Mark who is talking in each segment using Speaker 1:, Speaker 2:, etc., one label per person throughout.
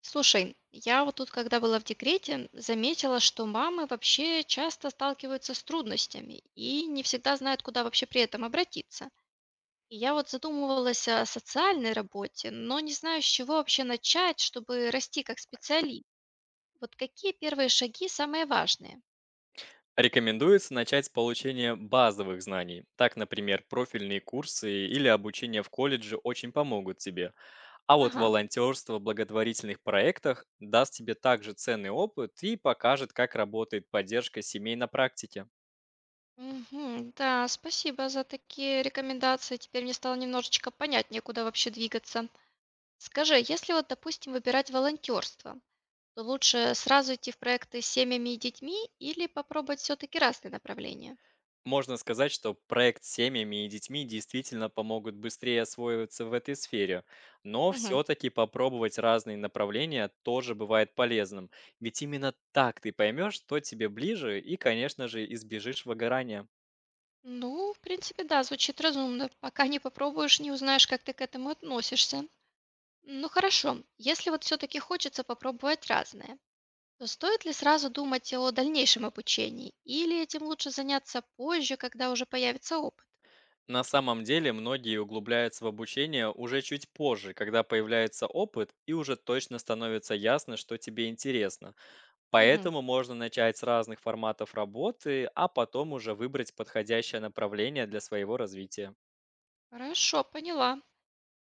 Speaker 1: Слушай, я вот тут, когда была в декрете, заметила, что мамы вообще часто сталкиваются с трудностями и не всегда знают, куда вообще при этом обратиться. И я вот задумывалась о социальной работе, но не знаю, с чего вообще начать, чтобы расти как специалист. Вот какие первые шаги самые важные?
Speaker 2: Рекомендуется начать с получения базовых знаний. Так, например, профильные курсы или обучение в колледже очень помогут тебе. А вот
Speaker 1: Ага.
Speaker 2: волонтерство в благотворительных проектах даст тебе также ценный опыт и покажет, как работает поддержка семей на практике.
Speaker 1: Мгм. Да, спасибо за такие рекомендации. Теперь мне стало немножечко понятнее, куда вообще двигаться. Скажи, если вот, допустим, выбирать волонтерство, то лучше сразу идти в проекты с семьями и детьми или попробовать все-таки разные направления?
Speaker 2: Можно сказать, что проект с семьями и детьми действительно помогут быстрее освоиться в этой сфере, но
Speaker 1: Мгм.
Speaker 2: все-таки попробовать разные направления тоже бывает полезным, ведь именно так ты поймешь, что тебе ближе и, конечно же, избежишь выгорания.
Speaker 1: Ну, в принципе, да, звучит разумно. Пока не попробуешь, не узнаешь, как ты к этому относишься. Ну хорошо, если вот все-таки хочется попробовать разное, то стоит ли сразу думать о дальнейшем обучении? Или этим лучше заняться позже, когда уже появится опыт?
Speaker 2: На самом деле многие углубляются в обучение уже чуть позже, когда появляется опыт и уже точно становится ясно, что тебе интересно.
Speaker 1: Мгм.
Speaker 2: Поэтому можно начать с разных форматов работы, а потом уже выбрать подходящее направление для своего развития.
Speaker 1: Хорошо, поняла.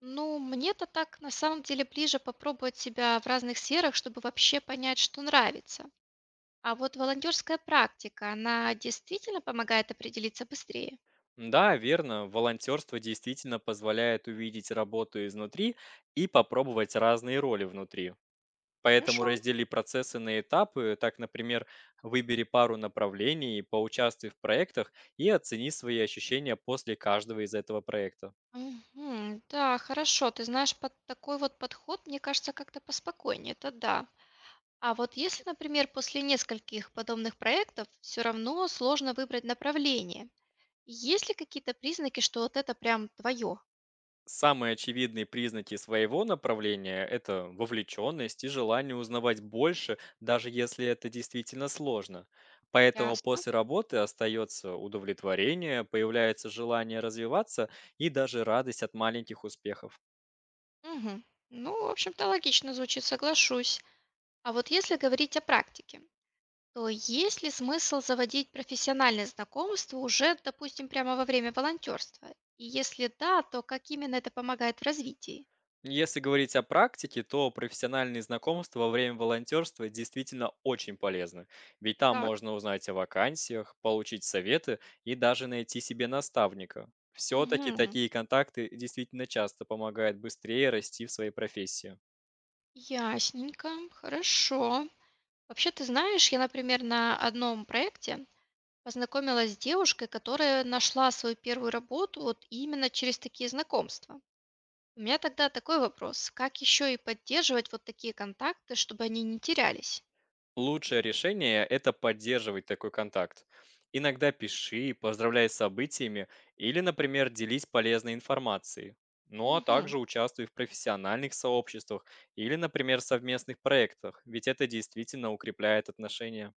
Speaker 1: Ну, мне-то так на самом деле ближе попробовать себя в разных сферах, чтобы вообще понять, что нравится. А вот волонтерская практика, она действительно помогает определиться быстрее?
Speaker 2: Да, верно, волонтерство действительно позволяет увидеть работу изнутри и попробовать разные роли внутри. Поэтому
Speaker 1: Хорошо.
Speaker 2: раздели процессы на этапы, так, например, выбери пару направлений, поучаствуй в проектах и оцени свои ощущения после каждого из этого проекта.
Speaker 1: Мгм. Да, хорошо. Ты знаешь, под такой вот подход, мне кажется, как-то поспокойнее. Это да. А вот если, например, после нескольких подобных проектов все равно сложно выбрать направление, есть ли какие-то признаки, что вот это прям твое?
Speaker 2: Самые очевидные признаки своего направления – это вовлеченность и желание узнавать больше, даже если это действительно сложно. Поэтому
Speaker 1: Ясно.
Speaker 2: после работы остается удовлетворение, появляется желание развиваться и даже радость от маленьких успехов.
Speaker 1: Мгм. Ну, в общем-то, логично звучит, соглашусь. А вот если говорить о практике, то есть ли смысл заводить профессиональные знакомства уже, допустим, прямо во время волонтерства? И если да, то как именно это помогает в развитии?
Speaker 2: Если говорить о практике, то профессиональные знакомства во время волонтерства действительно очень полезны, ведь там
Speaker 1: Так.
Speaker 2: можно узнать о вакансиях, получить советы и даже найти себе наставника. Все-таки
Speaker 1: Мгм.
Speaker 2: такие контакты действительно часто помогают быстрее расти в своей профессии.
Speaker 1: Ясненько, хорошо. Вообще, ты знаешь, я, например, на одном проекте познакомилась с девушкой, которая нашла свою первую работу вот именно через такие знакомства. У меня тогда такой вопрос, как еще и поддерживать вот такие контакты, чтобы они не терялись?
Speaker 2: Лучшее решение – это поддерживать такой контакт. Иногда пиши, поздравляй с событиями или, например, делись полезной информацией. Ну а
Speaker 1: Мгм.
Speaker 2: также участвуй в профессиональных сообществах или, например, совместных проектах, ведь это действительно укрепляет отношения.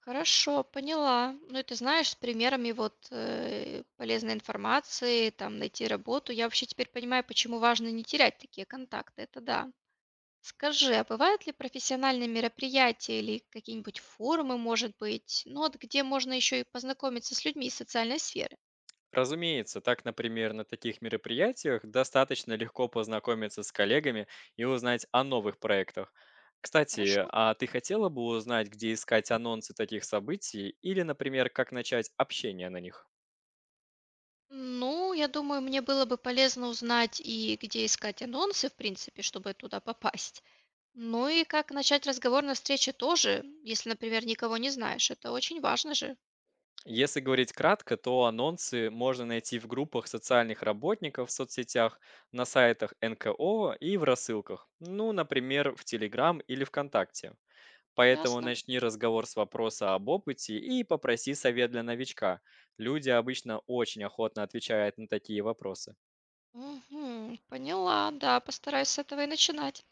Speaker 1: Хорошо, поняла. Ну и ты знаешь, с примерами вот полезной информации, там найти работу. Я вообще теперь понимаю, почему важно не терять такие контакты. Это да. Скажи, а бывают ли профессиональные мероприятия или какие-нибудь форумы, может быть, ну вот где можно еще и познакомиться с людьми из социальной сферы?
Speaker 2: Разумеется, так, например, на таких мероприятиях достаточно легко познакомиться с коллегами и узнать о новых проектах. Кстати,
Speaker 1: Хорошо.
Speaker 2: а ты хотела бы узнать, где искать анонсы таких событий или, например, как начать общение на них?
Speaker 1: Ну, я думаю, мне было бы полезно узнать и где искать анонсы, в принципе, чтобы туда попасть. Ну и как начать разговор на встрече тоже, если, например, никого не знаешь. Это очень важно же.
Speaker 2: Если говорить кратко, то анонсы можно найти в группах социальных работников в соцсетях, на сайтах НКО и в рассылках. Ну, например, в Telegram или ВКонтакте. Поэтому
Speaker 1: Ясно.
Speaker 2: начни разговор с вопроса об опыте и попроси совет для новичка. Люди обычно очень охотно отвечают на такие вопросы.
Speaker 1: Мгм. Поняла, да, постараюсь с этого и начинать.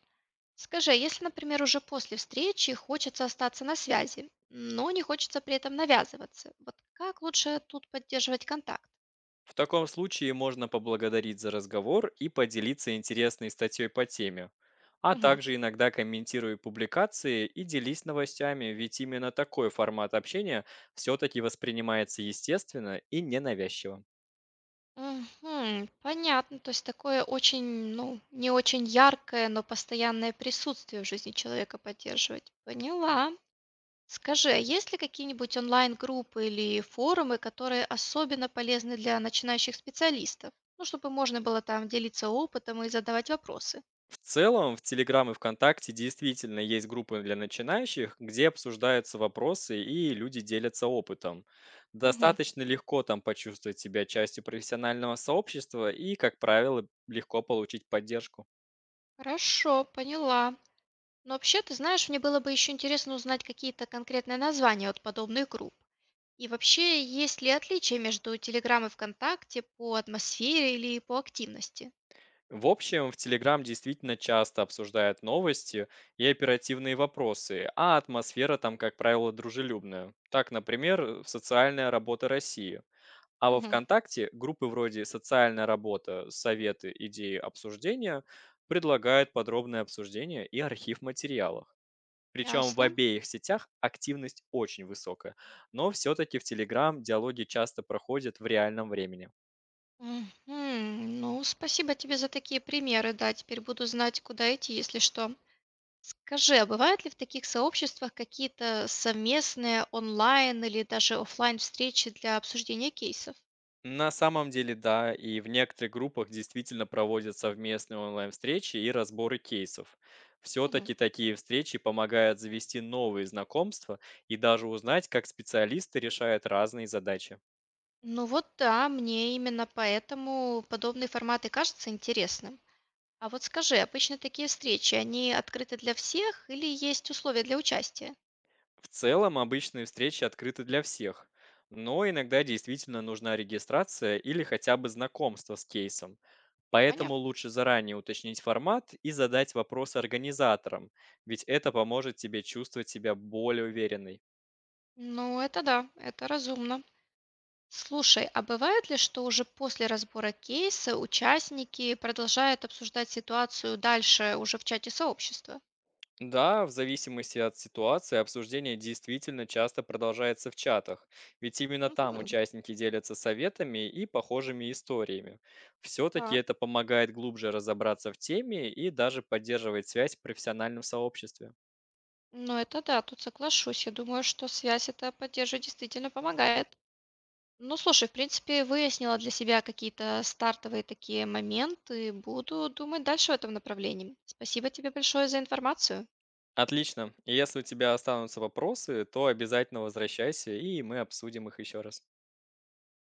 Speaker 1: Скажи, а если, например, уже после встречи хочется остаться на связи, но не хочется при этом навязываться, вот как лучше тут поддерживать контакт?
Speaker 2: В таком случае можно поблагодарить за разговор и поделиться интересной статьей по теме. А
Speaker 1: Мгм.
Speaker 2: также иногда комментируй публикации и делись новостями, ведь именно такой формат общения все-таки воспринимается естественно и ненавязчиво.
Speaker 1: Мгм. Понятно, то есть такое очень, ну, не очень яркое, но постоянное присутствие в жизни человека поддерживать. Поняла. Скажи, а есть ли какие-нибудь онлайн-группы или форумы, которые особенно полезны для начинающих специалистов? Ну, чтобы можно было там делиться опытом и задавать вопросы.
Speaker 2: В целом, в Телеграм и ВКонтакте действительно есть группы для начинающих, где обсуждаются вопросы и люди делятся опытом.
Speaker 1: Мгм.
Speaker 2: Достаточно легко там почувствовать себя частью профессионального сообщества и, как правило, легко получить поддержку.
Speaker 1: Хорошо, поняла. Но вообще, ты знаешь, мне было бы еще интересно узнать какие-то конкретные названия от подобных групп. И вообще, есть ли отличия между Телеграм и ВКонтакте по атмосфере или по активности?
Speaker 2: В общем, в Телеграм действительно часто обсуждают новости и оперативные вопросы, а атмосфера там, как правило, дружелюбная. Так, например, в «Социальная работа России». А во
Speaker 1: Мгм.
Speaker 2: ВКонтакте группы вроде «Социальная работа», «Советы», «Идеи обсуждения» предлагают подробное обсуждение и архив материалов. Причем в
Speaker 1: Ясно.
Speaker 2: обеих сетях активность очень высокая, но все-таки в Telegram диалоги часто проходят в реальном времени.
Speaker 1: Мгм. Ну, спасибо тебе за такие примеры. Да, теперь буду знать, куда идти, если что. Скажи, а бывают ли в таких сообществах какие-то совместные онлайн или даже оффлайн встречи для обсуждения кейсов?
Speaker 2: На самом деле, да, и в некоторых группах действительно проводят совместные онлайн-встречи и разборы кейсов.
Speaker 1: Мгм.
Speaker 2: Все-таки такие встречи помогают завести новые знакомства и даже узнать, как специалисты решают разные задачи.
Speaker 1: Ну вот да, мне именно поэтому подобные форматы кажутся интересным. А вот скажи, обычно такие встречи, они открыты для всех или есть условия для участия?
Speaker 2: В целом, обычные встречи открыты для всех, но иногда действительно нужна регистрация или хотя бы знакомство с кейсом. Поэтому
Speaker 1: Понятно.
Speaker 2: лучше заранее уточнить формат и задать вопросы организаторам, ведь это поможет тебе чувствовать себя более уверенно.
Speaker 1: Ну это да, это разумно. Слушай, а бывает ли, что уже после разбора кейса участники продолжают обсуждать ситуацию дальше уже в чате сообщества?
Speaker 2: Да, в зависимости от ситуации обсуждение действительно часто продолжается в чатах, ведь именно там
Speaker 1: Мгм.
Speaker 2: участники делятся советами и похожими историями. Все-таки
Speaker 1: Так,
Speaker 2: это помогает глубже разобраться в теме и даже поддерживает связь в профессиональном сообществе.
Speaker 1: ну это да, тут соглашусь. Я думаю, что связь это поддерживать действительно помогает. Ну, слушай, в принципе, выяснила для себя какие-то стартовые такие моменты. Буду думать дальше в этом направлении. Спасибо тебе большое за информацию.
Speaker 2: Отлично. И если у тебя останутся вопросы, то обязательно возвращайся, и мы обсудим их еще раз.